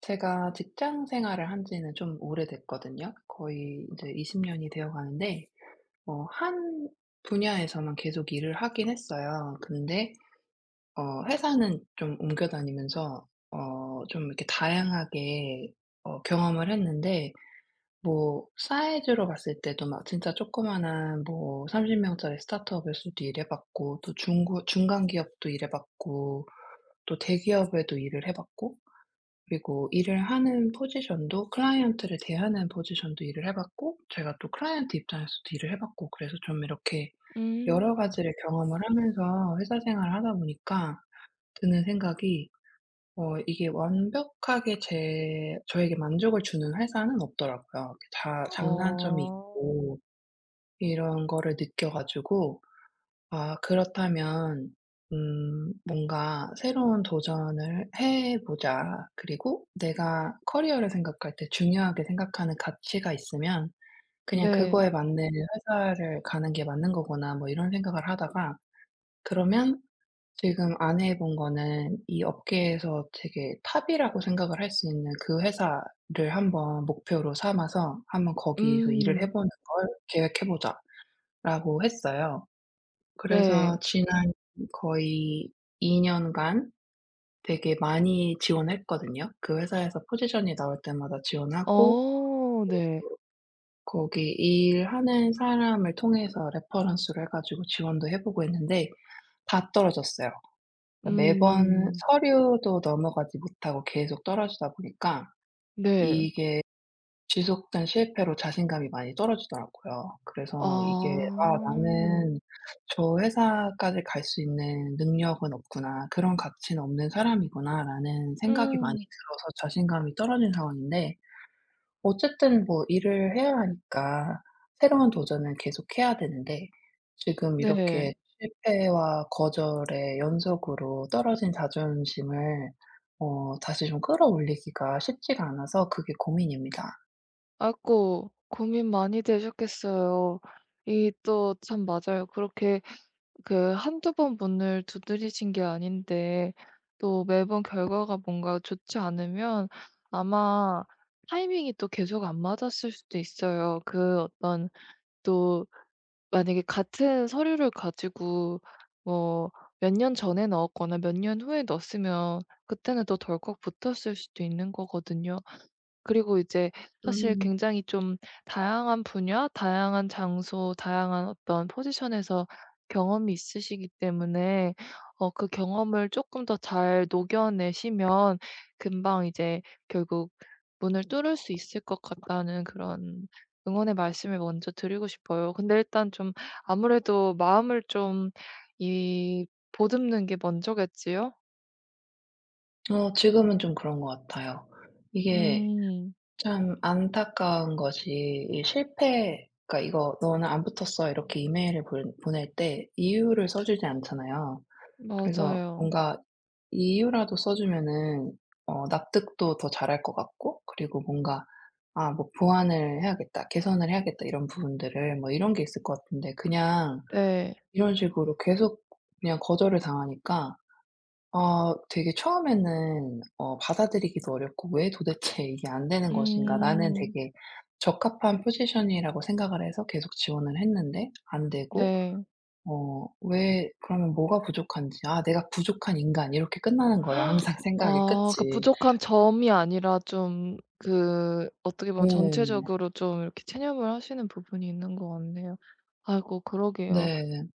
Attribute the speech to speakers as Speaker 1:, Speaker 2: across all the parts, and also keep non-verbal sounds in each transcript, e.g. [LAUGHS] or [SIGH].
Speaker 1: 제가 직장 생활을 한 지는 좀 오래됐거든요. 거의 이제 20 년이 되어 가는데 한 분야에서만 계속 일을 하긴 했어요. 근데 어 회사는 좀 옮겨 다니면서 좀 이렇게 다양하게 경험을 했는데, 뭐 사이즈로 봤을 때도 막 진짜 조그마한 뭐 30 명짜리 스타트업에서도 일해 봤고, 또 중고 중간 기업도 일해 봤고, 또 대기업에도 일을 해 봤고, 그리고 일을 하는 포지션도, 클라이언트를 대하는 포지션도 일을 해 봤고, 제가 또 클라이언트 입장에서도 일을 해 봤고, 그래서 좀 이렇게 여러
Speaker 2: 음.
Speaker 1: 가지를 경험을 하면서 회사 생활을 하다 보니까 드는 생각이, 이게 완벽하게 제 저에게 만족을 주는 회사는 없더라고요. 다 장단점이
Speaker 2: 어.
Speaker 1: 있고 이런 거를 느껴 가지고, 아 그렇다면 뭔가 '새로운 도전을 해 보자. 그리고 내가 커리어를 생각할 때 중요하게 생각하는 가치가 있으면 그냥
Speaker 2: 네.
Speaker 1: 그거에 맞는 회사를 가는 게 맞는 거구나.' 뭐 이런 생각을 하다가, 그러면 지금 안 해본 거는 이 업계에서 되게 탑이라고 생각을 할 수 있는 그 회사를 한번 목표로 삼아서 '한번 거기서 일을 해
Speaker 2: 음.
Speaker 1: 보는 걸 계획해 보자.'라고 했어요. 그래서
Speaker 2: 네.
Speaker 1: 지난 거의 2년간 되게 많이 지원했거든요. 그 회사에서 포지션이 나올 때마다 지원하고,
Speaker 2: 어 네.
Speaker 1: 거기 일하는 사람을 통해서 레퍼런스를 해 가지고 지원도 해 보고 했는데 다 떨어졌어요. 매번
Speaker 2: 음.
Speaker 1: 서류도 넘어가지 못하고 계속 떨어지다 보니까,
Speaker 2: 네.
Speaker 1: 이게 지속된 실패로 자신감이 많이 떨어지더라고요.
Speaker 2: 아.
Speaker 1: 그래서 이게 '아 나는 저 회사까지 갈 수 있는 능력은 없구나. 그런 가치는 없는 사람이구나.'라는 생각이 많이
Speaker 2: 음.
Speaker 1: 들어서 자신감이 떨어진 상황인데, 어쨌든 뭐 일을 해야 하니까 새로운 도전은 계속해야 되는데, 지금 이렇게
Speaker 2: 네.
Speaker 1: 실패와 거절의 연속으로 떨어진 자존심을 다시 좀 끌어올리기가 쉽지가 않아서 그게 고민입니다.
Speaker 2: 아이고 고민 많이 되셨겠어요. 이 또 참 맞아요. 그렇게 그 한두 번 문을 두드리신 게 아닌데 또 매번 결과가 뭔가 좋지 않으면 아마 타이밍이 또 계속 안 맞았을 수도 있어요. 그 어떤 또 만약에 같은 서류를 가지고 뭐 몇 년 전에 넣었거나 몇 년 후에 넣었으면 그때는 또 덜컥 붙었을 수도 있는 거거든요. 그리고 이제 사실
Speaker 1: 음.
Speaker 2: 굉장히 좀 다양한 분야, 다양한 장소, 다양한 어떤 포지션에서 경험이 있으시기 때문에 그 경험을 조금 더 잘 녹여내시면 금방 이제 결국 문을 뚫을 수 있을 것 같다는 그런 응원의 말씀을 먼저 드리고 싶어요. 근데 일단 좀 아무래도 마음을 좀 이 보듬는 게 먼저겠지요?
Speaker 1: 지금은 좀 그런 것 같아요. 이게
Speaker 2: 음.
Speaker 1: 참 안타까운 것이, 이 실패, 그러니까 이거 "너는 안 붙었어." 이렇게 이메일을 보낼 때 이유를 써 주지 않잖아요. 그래서
Speaker 2: 맞아요.
Speaker 1: 뭔가 이유라도 써 주면은 납득도 더 잘할 것 같고, 그리고 뭔가 '아 뭐 보완을 해야겠다. 개선을 해야겠다.' 이런 부분들을 뭐 이런 게 있을 것 같은데, 그냥
Speaker 2: 네.
Speaker 1: 이런 식으로 계속 그냥 거절을 당하니까, 아 되게 처음에는 받아들이기도 어렵고 '왜 도대체 [LAUGHS] 이게 안 되는 것인가?' 나는
Speaker 2: 음.
Speaker 1: 되게 적합한 포지션이라고 생각을 해서 계속 지원을 했는데 안 되고,
Speaker 2: 네.
Speaker 1: 왜 그러면 뭐가 부족한지 '아 내가 부족한 인간.' 이렇게 끝나는 거예요 항상 [LAUGHS] 생각의
Speaker 2: 아 그
Speaker 1: 끝이.
Speaker 2: 부족한 점이 아니라 좀 그 어떻게
Speaker 1: 어.
Speaker 2: 보면 전체적으로 좀 이렇게 체념을 하시는 부분이 있는 것 같네요. 아이고 그러게요.
Speaker 1: 네.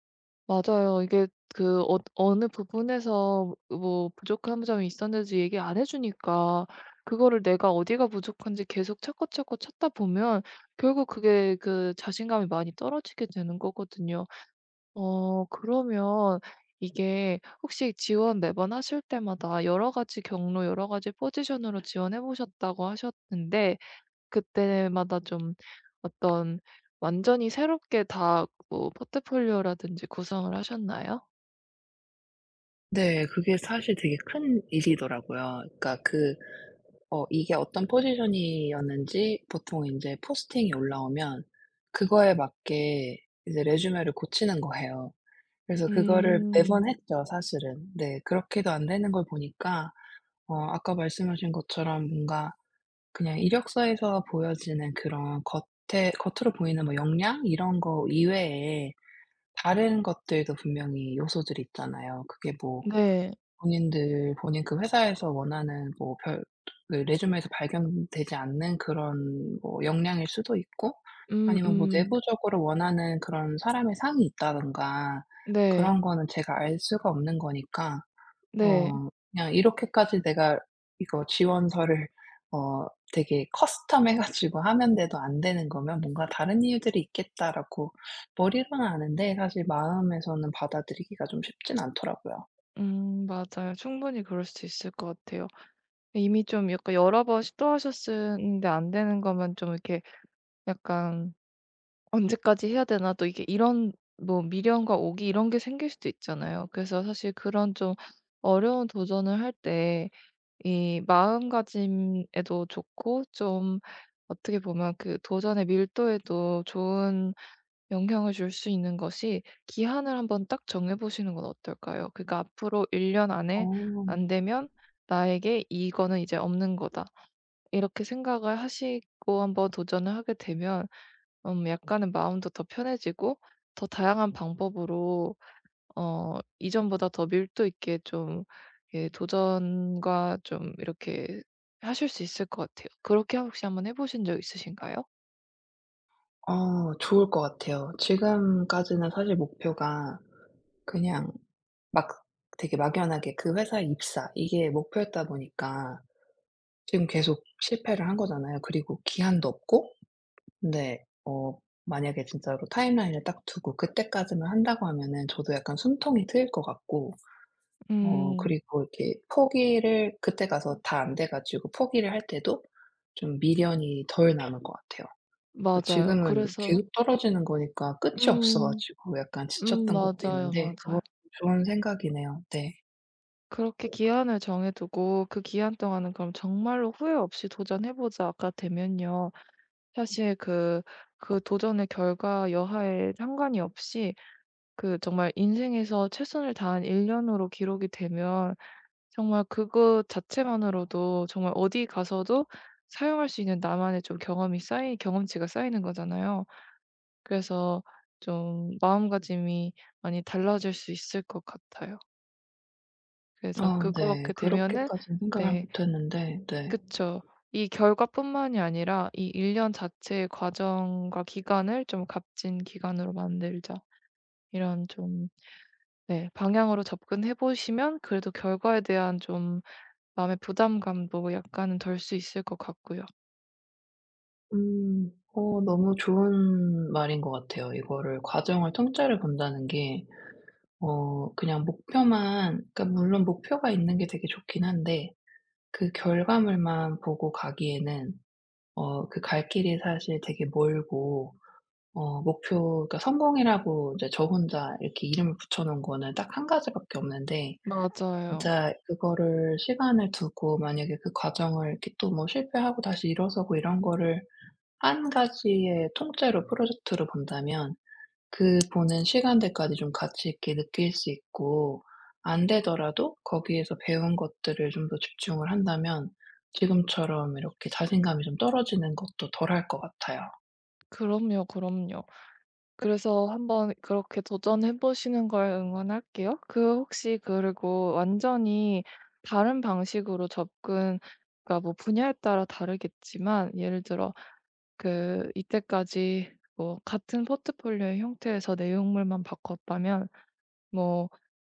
Speaker 2: 맞아요. 이게 그 어느 부분에서 뭐 부족한 점이 있었는지 얘기 안 해 주니까 그거를 내가 어디가 부족한지 계속 찾고 찾고 찾다 보면 결국 그게 그 자신감이 많이 떨어지게 되는 거거든요. 그러면 이게 혹시 지원 매번 하실 때마다 여러 가지 경로 여러 가지 포지션으로 지원해 보셨다고 하셨는데 그때마다 좀 어떤 완전히 새롭게 다 뭐 포트폴리오라든지 구성을 하셨나요?
Speaker 1: 네. 그게 사실 되게 큰 일이더라고요. 그러니까 그 이게 어떤 포지션이었는지 보통 이제 포스팅이 올라오면 그거에 맞게 이제 레주메를 고치는 거예요. 그래서 그거를 매번
Speaker 2: 음.
Speaker 1: 했죠 사실은. 네. 그렇게도 안 되는 걸 보니까, 아까 말씀하신 것처럼 뭔가, 그냥 이력서에서 보여지는 그런 겉에 겉으로 보이는 뭐 역량 이런 거 이외에 다른 것들도 분명히 요소들이 있잖아요. 그게 뭐
Speaker 2: 네.
Speaker 1: 본인 그 회사에서 원하는 뭐 별, 그 레주메에서 발견되지 않는 그런 뭐 역량일 수도 있고, 아니면 뭐
Speaker 2: 음음.
Speaker 1: 내부적으로 원하는 그런 사람의 상이 있다든가,
Speaker 2: 네.
Speaker 1: 그런 거는 제가 알 수가 없는 거니까
Speaker 2: 네.
Speaker 1: 그냥 이렇게까지 내가 이거 지원서를 어 되게 커스텀해 가지고 하면 돼도 안 되는 거면 '뭔가 다른 이유들이 있겠다.'라고 머리로는 아는데, 사실 마음에서는 받아들이기가 좀 쉽진 않더라고요.
Speaker 2: 맞아요. 충분히 그럴 수 있을 것 같아요. 이미 좀 약간 여러 번 시도하셨 는데 안 되는 거면 좀 이렇게 약간 '언제까지 해야 되나?' 또 이게 이런 뭐 미련과 오기 이런 게 생길 수도 있잖아요. 그래서 사실 그런 좀 어려운 도전을 할 때 이 마음가짐에도 좋고 좀 어떻게 보면 그 도전의 밀도에도 좋은 영향을 줄 수 있는 것이 기한을 한번 딱 정해 보시는 건 어떨까요? 그러니까 '앞으로 1년 안에
Speaker 1: 어.
Speaker 2: 안 되면 나에게 이거는 이제 없는 거다.' 이렇게 생각을 하시고 한번 도전을 하게 되면 약간은 마음도 더 편해지고 더 다양한 방법으로 이전보다 더 밀도 있게 좀 예 도전과 좀 이렇게 하실 수 있을 것 같아요. 그렇게 혹시 한번 해 보신 적 있으신가요?
Speaker 1: 좋을 것 같아요. 지금까지는 사실 목표가 그냥 막 되게 막연하게 그 회사에 입사, 이게 목표였다 보니까 지금 계속 실패를 한 거잖아요. 그리고 기한도 없고, 근데 만약에 진짜로 타임라인을 딱 두고 그때까지만 한다고 하면은 저도 약간 숨통이 트일 것 같고,
Speaker 2: 음
Speaker 1: 그리고 이렇게 포기를 그때 가서 다 안 돼 가지고 포기를 할 때도 좀 미련이 덜 남을 것 같아요. 그러니까
Speaker 2: 맞아요.
Speaker 1: 지금은
Speaker 2: 그래서
Speaker 1: 계속 떨어지는 거니까 끝이 없어
Speaker 2: 음.
Speaker 1: 가지고 약간 지쳤던 것도
Speaker 2: 맞아요,
Speaker 1: 있는데, 그거
Speaker 2: 맞아요.
Speaker 1: 좋은 생각이네요. 네.
Speaker 2: 그렇게 기한을 정해 두고 그 기한 동안은 그럼 정말로 후회 없이 도전해 보자가 되면요. 사실 그 도전의 결과 여하에 상관이 없이 그 정말 인생에서 최선을 다한 1 년으로 기록이 되면 정말 그것 자체만으로도 정말 어디 가서도 사용할 수 있는 나만의 좀 경험이 쌓이 경험치가 쌓이는 거잖아요. 그래서 좀 마음가짐이 많이 달라질 수 있을 것 같아요. 그래서
Speaker 1: 아 네.
Speaker 2: 그렇게 되면은
Speaker 1: 그렇게까지는 생각을
Speaker 2: 네.
Speaker 1: 못 했는데. 네.
Speaker 2: 그쵸. 이 결과뿐만이 아니라 이 1년 자체의 과정과 기간을 좀 값진 기간으로 만들자. 이런 좀 네 방향으로 접근해 보시면 그래도 결과에 대한 좀 마음의 부담감도 약간은 덜 수 있을 것 같고요.
Speaker 1: 음. 너무 좋은 말인 것 같아요. 이거를 과정을 통째로 본다는 게, 그냥 목표만, 그러니까 물론 목표가 있는 게 되게 좋긴 한데 그 결과물만 보고 가기에는 그 갈 길이 사실 되게 멀고, 목표, 그러니까 성공이라고 이제 저 혼자 이렇게 이름을 붙여 놓은 거는 딱 한 가지밖에 없는데,
Speaker 2: 맞아요.
Speaker 1: 진짜 그거를 시간을 두고 만약에 그 과정을 이렇게, 또 뭐 실패하고 다시 일어서고 이런 거를 한 가지의 통째로 프로젝트로 본다면 그 보는 시간들까지 좀 가치 있게 느낄 수 있고, 안 되더라도 거기에서 배운 것들을 좀 더 집중을 한다면 지금처럼 이렇게 자신감이 좀 떨어지는 것도 덜할 것 같아요.
Speaker 2: 그럼요, 그럼요. 그래서 한번 그렇게 도전해 보시는 걸 응원할게요. 그 혹시 그리고 완전히 다른 방식으로 접근 그러니까 뭐 분야에 따라 다르겠지만 예를 들어 그 이때까지 뭐 같은 포트폴리오의 형태에서 내용물만 바꿨다면 뭐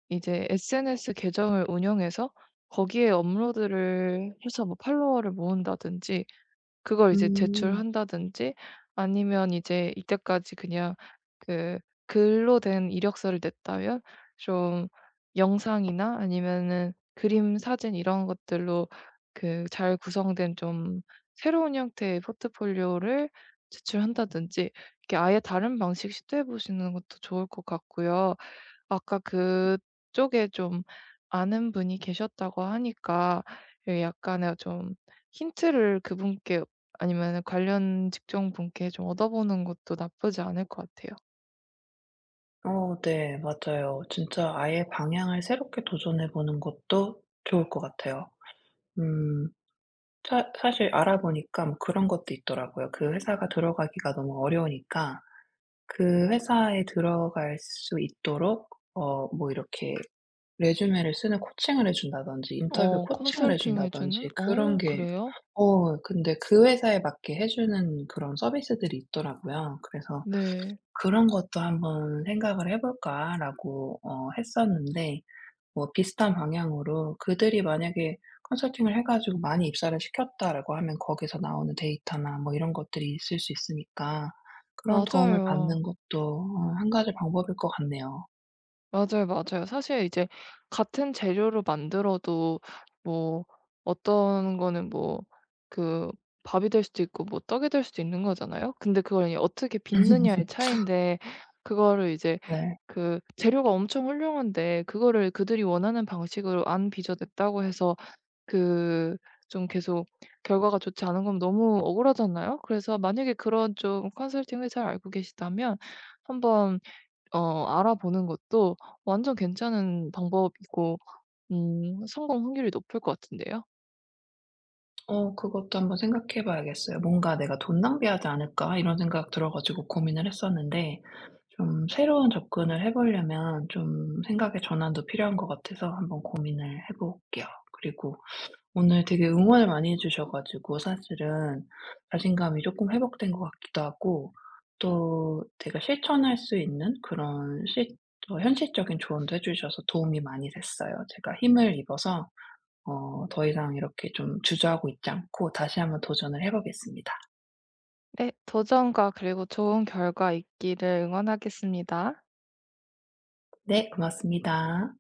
Speaker 2: 이제 SNS 계정을 운영해서 거기에 업로드를 해서 뭐 팔로워를 모은다든지 그걸 이제
Speaker 1: 음.
Speaker 2: 제출한다든지 아니면 이제 이때까지 그냥 그 글로 된 이력서를 냈다면 좀 영상이나 아니면은 그림, 사진 이런 것들로 그 잘 구성된 좀 새로운 형태의 포트폴리오를 제출한다든지 이렇게 아예 다른 방식 시도해 보시는 것도 좋을 것 같고요. 아까 그쪽에 좀 아는 분이 계셨다고 하니까 예 약간의 좀 힌트를 그분께 아니면 관련 직종 분께 좀 얻어보는 것도 나쁘지 않을 것 같아요.
Speaker 1: 어 네. 맞아요. 진짜 아예 방향을 새롭게 도전해 보는 것도 좋을 것 같아요. 음 사 사실 알아보니까 뭐 그런 것도 있더라고요. 그 회사가 들어가기가 너무 어려우니까, 그 회사에 들어갈 수 있도록 뭐 이렇게 레주메를 쓰는 코칭을 해 준다든지 인터뷰
Speaker 2: 어
Speaker 1: 코칭을 해
Speaker 2: 컨설팅을 해 주는?
Speaker 1: 준다든지 그런
Speaker 2: 어
Speaker 1: 게,
Speaker 2: 그래요?
Speaker 1: 근데 그 회사에 맞게 해 주는 그런 서비스들이 있더라고요. 그래서
Speaker 2: 네.
Speaker 1: '그런 것도 한번 생각을 해 볼까.'라고 했었는데, 뭐 비슷한 방향으로 그들이 만약에 컨설팅을 해 가지고 많이 입사를 시켰다라고 하면 거기서 나오는 데이터나 뭐 이런 것들이 있을 수 있으니까, 그런 도움을 받는
Speaker 2: 맞아요.
Speaker 1: 것도 한 가지 방법일 것 같네요.
Speaker 2: 맞아요, 맞아요. 사실 이제 같은 재료로 만들어도 뭐 어떤 거는 뭐 그 밥이 될 수도 있고 뭐 떡이 될 수도 있는 거잖아요. 근데 그걸 이제 어떻게
Speaker 1: [LAUGHS]
Speaker 2: 빚느냐의 차이인데 그거를 이제
Speaker 1: 네.
Speaker 2: 그 재료가 엄청 훌륭한데 그거를 그들이 원하는 방식으로 안 빚어냈다고 해서 그 좀 계속 결과가 좋지 않은 건 너무 억울하잖아요. 그래서 만약에 그런 좀 컨설팅을 잘 알고 계시다면 한번 알아보는 것도 완전 괜찮은 방법이고 성공 확률이 높을 것 같은데요.
Speaker 1: 그것도 한번 생각해 봐야겠어요. 뭔가 '내가 돈 낭비하지 않을까?' 이런 생각 들어 가지고 고민을 했었는데, 좀 새로운 접근을 해 보려면 좀 생각의 전환도 필요한 것 같아서 한번 고민을 해 볼게요. 그리고 오늘 되게 응원을 많이 해 주셔 가지고 사실은 자신감이 조금 회복된 것 같기도 하고, 또 제가 실천할 수 있는 그런 실 어 현실적인 조언도 해 주셔서 도움이 많이 됐어요. 제가 힘을 입어서 더 이상 이렇게 좀 주저하고 있지 않고 다시 한번 도전을 해 보겠습니다.
Speaker 2: 네. 도전과 그리고 좋은 결과 있기를 응원하겠습니다.
Speaker 1: 네, 고맙습니다.